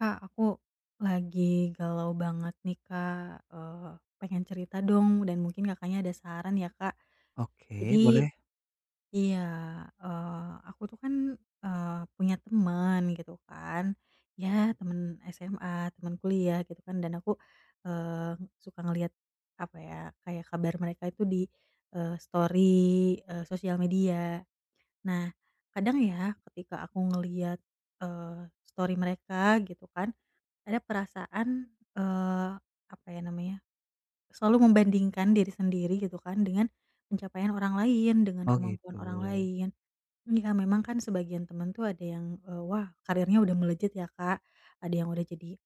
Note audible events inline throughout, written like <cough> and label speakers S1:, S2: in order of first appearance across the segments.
S1: Kak, aku lagi galau banget nih, Kak, pengen cerita dong dan mungkin Kakaknya ada saran ya, Kak.
S2: Oke,
S1: Jadi
S2: boleh.
S1: iya, aku tuh kan, eee, punya teman gitu kan, ya temen SMA, temen kuliah gitu kan dan aku, eee, suka ngelihat, apa ya, kayak kabar mereka itu di, story, sosial media. Nah, kadang ya ketika aku ngelihat, eee, story mereka gitu kan ada perasaan, eee, apa ya namanya, selalu membandingkan diri sendiri gitu kan dengan pencapaian orang lain, dengan
S2: Oh,
S1: kemampuan
S2: gitu.
S1: orang lain. Iya memang kan sebagian temen tuh ada yang, wah karirnya udah melejit ya Kak, ada yang udah jadi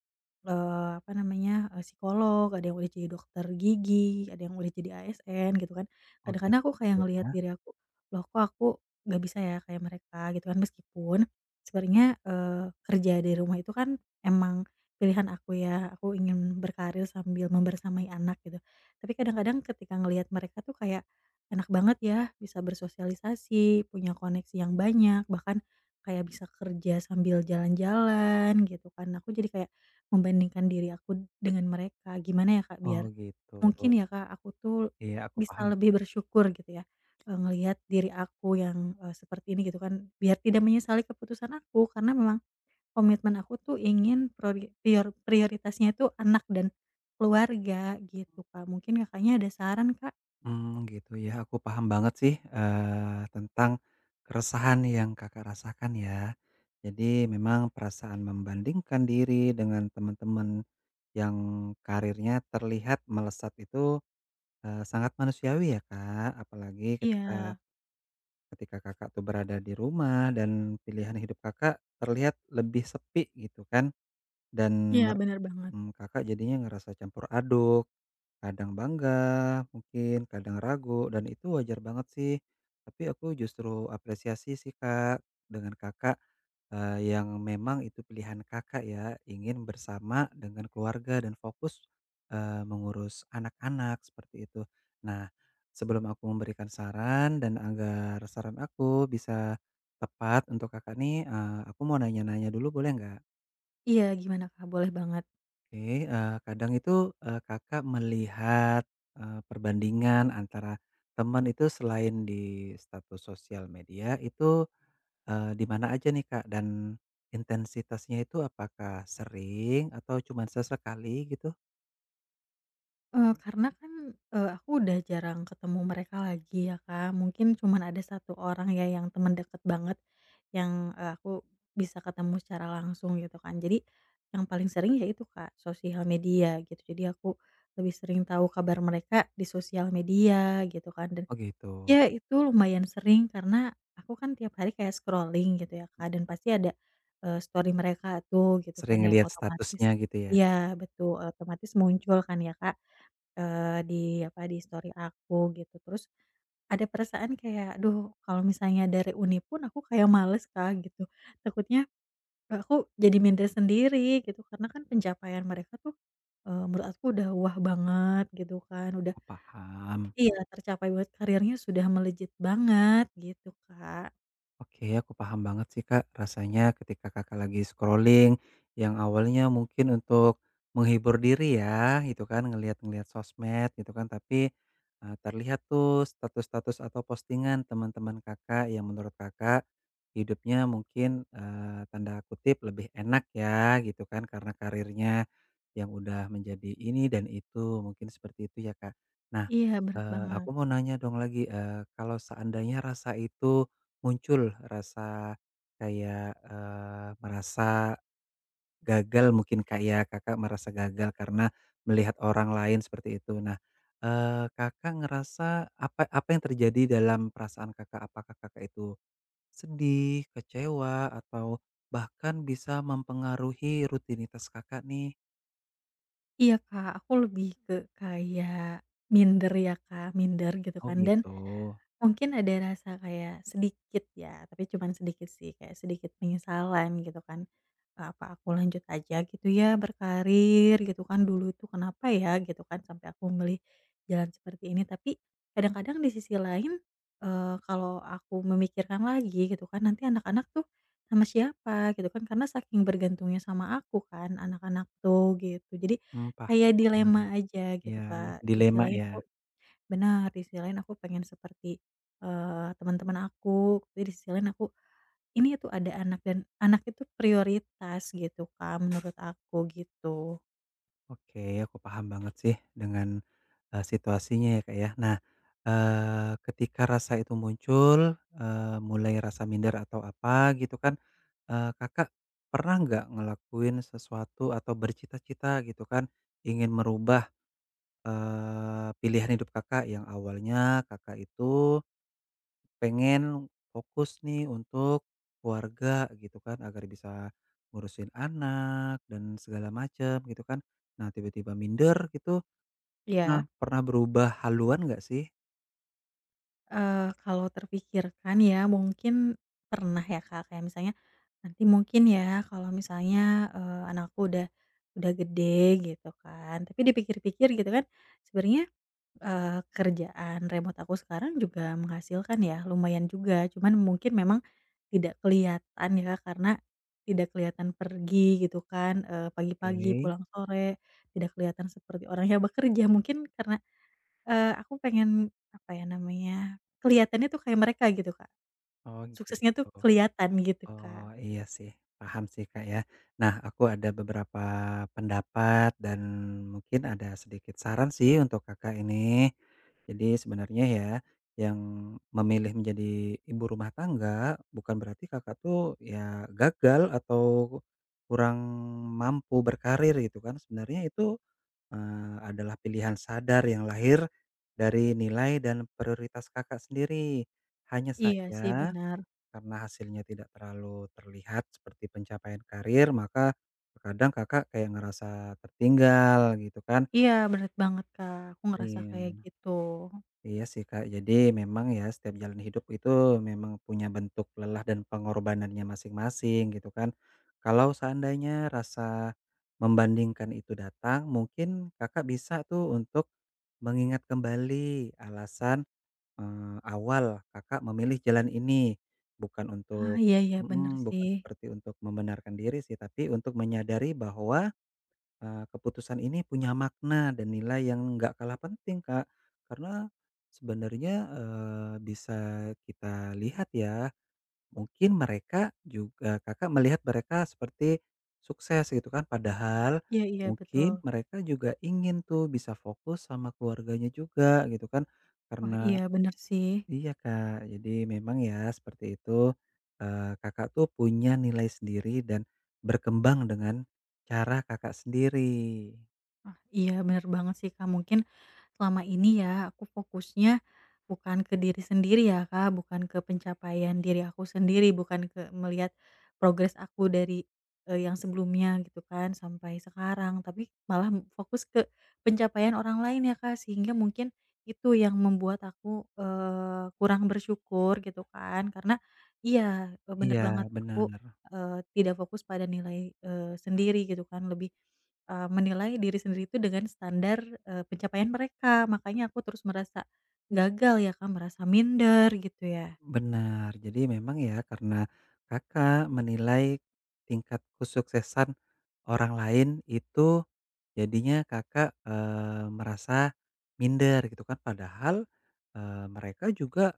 S1: Apa namanya, psikolog, ada yang udah jadi dokter gigi, ada yang udah jadi ASN gitu kan.
S2: Oh,
S1: Kadang-kadang
S2: gitu.
S1: aku kayak
S2: Iya.
S1: ngelihat diri aku, "Loh kok aku nggak bisa ya kayak mereka?" Gitu kan. Meskipun sebenarnya, kerja dari rumah itu kan emang pilihan aku ya, aku ingin berkarir sambil membersamai anak gitu. Tapi kadang-kadang ketika ngelihat mereka tuh kayak, enak banget ya bisa bersosialisasi, punya koneksi yang banyak, bahkan kayak bisa kerja sambil jalan-jalan gitu kan. Aku jadi kayak membandingkan diri aku dengan mereka, gimana ya, Kak,
S2: Oh,
S1: biar
S2: gitu.
S1: mungkin ya, Kak, aku tuh
S2: Iya, aku
S1: bisa
S2: paham.
S1: lebih bersyukur gitu ya, ngelihat diri aku yang, seperti ini gitu kan, biar tidak menyesali keputusan aku karena memang komitmen aku tuh ingin prori prior prioritasnya itu anak dan keluarga gitu, Kak. Mungkin Kakaknya ada saran, Kak?
S2: Hmm, gitu ya, aku paham banget sih, tentang keresahan yang Kakak rasakan ya. Jadi memang perasaan membandingkan diri dengan teman-teman yang karirnya terlihat melesat itu, sangat manusiawi ya, Kak. Apalagi ketika
S1: Iya
S2: ketika Kakak tuh berada di rumah dan pilihan hidup Kakak terlihat lebih sepi gitu kan. Dan
S1: iya,
S2: mer
S1: benar banget.
S2: Kakak jadinya ngerasa campur aduk, kadang bangga mungkin, kadang ragu, dan itu wajar banget sih. Tapi aku justru apresiasi sih, Kak, dengan Kakak, yang memang itu pilihan Kakak ya, ingin bersama dengan keluarga dan fokus, mengurus anak-anak, seperti itu. Nah, sebelum aku memberikan saran dan agar saran aku bisa tepat untuk Kakak nih, aku mau nanya-nanya dulu boleh nggak?
S1: Iya, gimana, Kak? Boleh banget.
S2: Oke, kadang itu, Kakak melihat, perbandingan antara teman itu selain di status sosial media itu, di mana aja nih, Kak? Dan intensitasnya itu apakah sering atau cuma sesekali gitu?
S1: Karena kan, aku udah jarang ketemu mereka lagi ya, Kak, mungkin cuman ada satu orang ya yang temen deket banget yang, aku bisa ketemu secara langsung gitu kan. Jadi yang paling sering ya itu, Kak, sosial media gitu. Jadi aku lebih sering tahu kabar mereka di sosial media gitu kan dan
S2: Oh gitu,
S1: ya itu lumayan sering karena aku kan tiap hari kayak scrolling gitu ya, Kak, dan pasti ada, story mereka tuh gitu
S2: sering
S1: kan yang
S2: ngelihat
S1: otomatis
S2: statusnya gitu ya?
S1: iya betul, otomatis muncul kan ya, Kak. Di apa, di story aku gitu, terus ada perasaan kayak, duh kalau misalnya dari Uni pun aku kayak males Kak," gitu. Takutnya, aku jadi minder sendiri gitu karena kan pencapaian mereka tuh, menurut aku udah wah banget gitu kan, udah
S2: Oh, paham.
S1: iya tercapai buat karirnya sudah melejit banget gitu Kak.
S2: Oke, aku paham banget sih Kak, rasanya ketika Kakak lagi scrolling yang awalnya mungkin untuk menghibur diri ya, gitu kan, ngelihat-ngelihat sosmed gitu kan, tapi, terlihat tuh status-status atau postingan teman-teman Kakak yang menurut Kakak hidupnya mungkin, tanda kutip "lebih enak" ya, gitu kan, karena karirnya yang udah menjadi ini dan itu, mungkin seperti itu ya Kak. Nah,
S1: Iya berat banget.
S2: aku mau nanya dong lagi, kalau seandainya rasa itu muncul rasa kayak, merasa gagal mungkin, kayak Kakak merasa gagal karena melihat orang lain seperti itu. Nah, Kakak ngerasa apa apa yang terjadi dalam perasaan Kakak? Apakah Kakak itu sedih, kecewa, atau bahkan bisa mempengaruhi rutinitas Kakak nih?
S1: Iya Kak, aku lebih ke kayak minder ya Kak, minder gitu
S2: Oh
S1: kan dan
S2: gitu,
S1: mungkin ada rasa kayak sedikit ya, tapi cuman sedikit sih, kayak sedikit penyesalan gitu kan, "Apa aku lanjut aja gitu ya berkarir?" Gitu kan, "Dulu itu kenapa ya?" Gitu kan, "Sampai aku memilih jalan seperti ini." Tapi kadang-kadang di sisi lain, kalau aku memikirkan lagi gitu kan, nanti anak-anak tuh sama siapa gitu kan, karena saking bergantungnya sama aku kan anak-anak tuh gitu. Jadi
S2: mmm,
S1: kayak
S2: paham.
S1: dilema aja gitu,
S2: Ya,
S1: Kak. Di sisi
S2: dilema
S1: lain aku
S2: ya?
S1: benar, di sisi lain aku pengen seperti, teman-teman aku, tapi di sisi lain aku, ini tuh ada anak dan anak itu prioritas gitu, Kak, menurut aku gitu.
S2: Oke, aku paham banget sih dengan, situasinya ya, Kak, ya. Nah, ketika rasa itu muncul, mulai rasa minder atau apa gitu kan, Kakak pernah nggak ngelakuin sesuatu atau bercita-cita gitu kan, ingin merubah, pilihan hidup Kakak yang awalnya Kakak itu pengen fokus nih untuk keluarga gitu kan, agar bisa ngurusin anak dan segala macam gitu kan. Nah, tiba-tiba minder gitu. Pernah
S1: Ya,
S2: pernah berubah haluan nggak sih?
S1: Kalau terpikirkan ya mungkin pernah ya, Kak, kayak misalnya nanti mungkin ya kalau misalnya, anakku udah gede gitu kan, tapi dipikir-pikir gitu kan sebenarnya kerjaan remote aku sekarang juga menghasilkan ya, lumayan juga. Cuman mungkin memang tidak kelihatan ya, Kak, karena tidak kelihatan pergi gitu kan, pagi-pagi
S2: Oke.
S1: pulang sore, tidak kelihatan seperti orang yang <laughs> bekerja. Mungkin karena, aku pengen, apa ya namanya, kelihatannya tuh kayak mereka gitu, Kak.
S2: Oh,
S1: Suksesnya tuh
S2: gitu.
S1: kelihatan gitu, Kak.
S2: Oh, iya sih, paham sih Kak ya. Nah, aku ada beberapa pendapat dan mungkin ada sedikit saran sih untuk Kakak ini. Jadi sebenarnya ya, yang memilih menjadi ibu rumah tangga, bukan berarti Kakak tuh ya gagal atau kurang mampu berkarir gitu kan. Sebenarnya itu adalah pilihan sadar yang lahir dari nilai dan prioritas Kakak sendiri. Hanya
S1: Iya sih,
S2: saja
S1: benar.
S2: karena hasilnya tidak terlalu terlihat seperti pencapaian karir, maka terkadang Kakak kayak ngerasa tertinggal gitu kan.
S1: Iya, benar banget, Kak. Aku ngerasa kayak
S2: Iya.
S1: gitu.
S2: Iya sih, Kak. Jadi memang ya setiap jalan hidup itu memang punya bentuk lelah dan pengorbanannya masing-masing gitu kan. Kalau seandainya rasa membandingkan itu datang, mungkin Kakak bisa tuh untuk mengingat kembali alasan, awal Kakak memilih jalan ini. Bukan
S1: Ah,
S2: untuk
S1: iya iya, benar
S2: Mhm,
S1: sih.
S2: bukan seperti untuk membenarkan diri sih, tapi untuk menyadari bahwa keputusan ini punya makna dan nilai yang nggak kalah penting, Kak. Karena sebenarnya, bisa kita lihat ya, mungkin mereka juga Kakak melihat mereka seperti sukses gitu kan, padahal
S1: Iya iya, betul.
S2: mungkin mereka juga ingin tuh bisa fokus sama keluarganya juga gitu kan.
S1: Wah,
S2: Karena
S1: iya bener sih.
S2: iya, Kak, jadi memang ya seperti itu, Kakak tuh punya nilai sendiri dan berkembang dengan cara Kakak sendiri.
S1: Ah, iya bener banget sih, Kak. Mungkin selama ini ya aku fokusnya bukan ke diri sendiri ya, Kak, bukan ke pencapaian diri aku sendiri, bukan ke melihat progres aku dari, yang sebelumnya gitu kan sampai sekarang, tapi malah fokus ke pencapaian orang lain ya, Kak, sehingga mungkin itu yang membuat aku, kurang bersyukur gitu kan. Karena iya, bener
S2: Iya,
S1: banget aku,
S2: benar.
S1: tidak fokus pada nilai, sendiri gitu kan, lebih menilai diri sendiri itu dengan standar, pencapaian mereka, makanya aku terus merasa gagal ya, Kak, merasa minder gitu ya.
S2: Benar, jadi memang ya karena Kakak menilai tingkat kesuksesan orang lain itu jadinya Kakak, merasa minder gitu kan padahal, mereka juga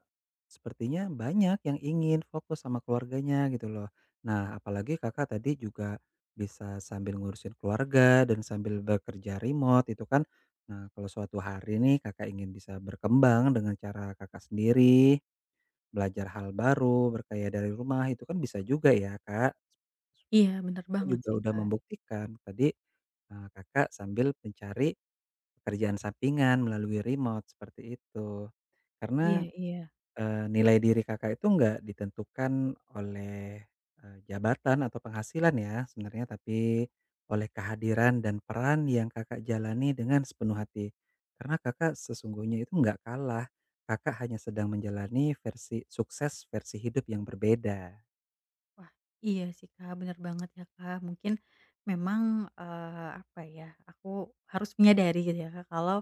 S2: sepertinya banyak yang ingin fokus sama keluarganya gitu loh. Nah apalagi Kakak tadi juga bisa sambil ngurusin keluarga dan sambil bekerja remote itu kan. Nah kalau suatu hari nih Kakak ingin bisa berkembang dengan cara Kakak sendiri, belajar hal baru, berkaya dari rumah, itu kan bisa juga ya, Kak.
S1: Iya,
S2: Seperti
S1: bener
S2: Kakak
S1: banget
S2: juga
S1: sih,
S2: udah
S1: Kak.
S2: membuktikan tadi, Kakak sambil mencari pekerjaan sampingan melalui remote, seperti itu.
S1: Iya
S2: Karena
S1: iya.
S2: Nilai diri Kakak itu nggak ditentukan oleh, jabatan atau penghasilan ya sebenarnya, tapi oleh kehadiran dan peran yang Kakak jalani dengan sepenuh hati. Karena Kakak sesungguhnya itu nggak kalah, Kakak hanya sedang menjalani versi sukses versi hidup yang berbeda.
S1: Wah, iya sih, Kak, bener banget ya, Kak. Mungkin memang, apa ya, aku harus menyadari gitu ya, Kak, kalau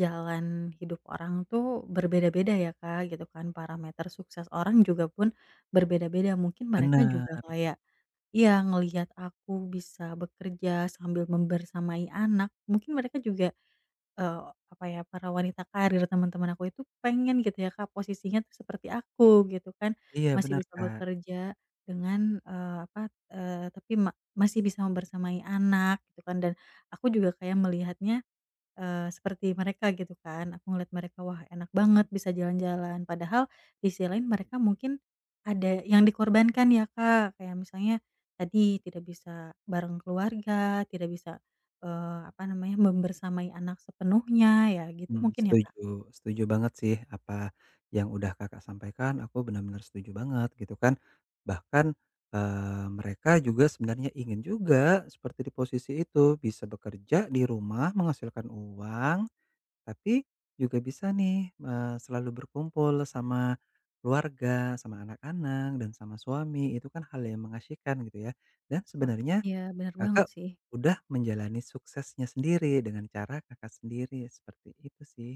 S1: jalan hidup orang tuh berbeda-beda ya, Kak, gitu kan. Parameter sukses orang juga pun berbeda-beda, mungkin mereka
S2: Benar.
S1: juga kayak iya, ngelihat aku bisa bekerja sambil membersamai anak, mungkin mereka juga, eee, apa ya, para wanita karir teman-teman aku itu pengen gitu ya, Kak, posisinya tuh seperti aku gitu kan,
S2: Iya
S1: masih
S2: benar
S1: bisa
S2: Kak.
S1: bekerja dengan, apa, eee, tapi ma masih bisa membersamai anak gitu kan dan aku juga kayak melihatnya seperti mereka gitu kan, aku ngeliat mereka, wah enak banget bisa jalan-jalan. Padahal di sisi lain mereka mungkin ada yang dikorbankan ya Kak, kayak misalnya tadi tidak bisa bareng keluarga, tidak bisa, apa namanya, membersamai anak sepenuhnya, ya gitu
S2: Mmm,
S1: mungkin ya Kak?
S2: setuju setuju banget sih apa yang udah Kakak sampaikan, aku benar-benar setuju banget gitu kan. Bahkan, mereka juga sebenarnya ingin juga seperti di posisi itu, bisa bekerja di rumah menghasilkan uang, tapi juga bisa nih, selalu berkumpul sama keluarga, sama anak-anak, dan sama suami, itu kan hal yang mengasyikkan gitu ya. Dan
S1: Wah.
S2: sebenarnya
S1: Iya benar banget
S2: Kakak
S1: sih.
S2: udah menjalani suksesnya sendiri dengan cara Kakak sendiri, seperti itu sih.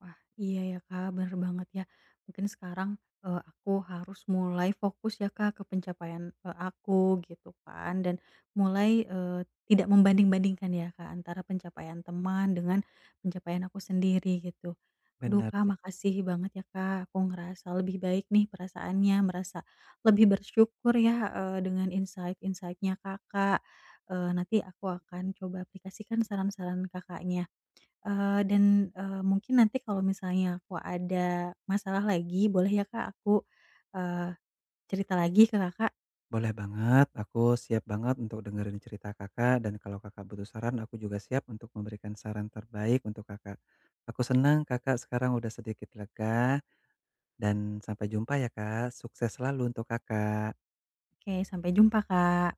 S1: Wah, iya ya Kak, bener banget ya. Mungkin sekarang, aku harus mulai fokus ya Kak ke pencapaian, aku gitu kan, dan mulai, tidak membanding-bandingkan ya Kak antara pencapaian teman dengan pencapaian aku sendiri gitu. Duh
S2: Benar
S1: Kak,
S2: sih.
S1: makasih banget ya Kak, aku ngerasa lebih baik nih perasaannya, merasa lebih bersyukur ya, dengan insightnya Kakak, nanti aku akan coba aplikasikan saran-saran Kakaknya. Dan, mungkin nanti kalau misalnya aku ada masalah lagi boleh ya Kak aku, eee, cerita lagi ke Kakak?
S2: Boleh banget, aku siap banget untuk dengerin cerita Kakak, dan kalau Kakak butuh saran, aku juga siap untuk memberikan saran terbaik untuk Kakak. Aku senang Kakak sekarang udah sedikit lega, dan sampai jumpa ya Kak. Sukses selalu untuk Kakak.
S1: Oke sampai jumpa Kak.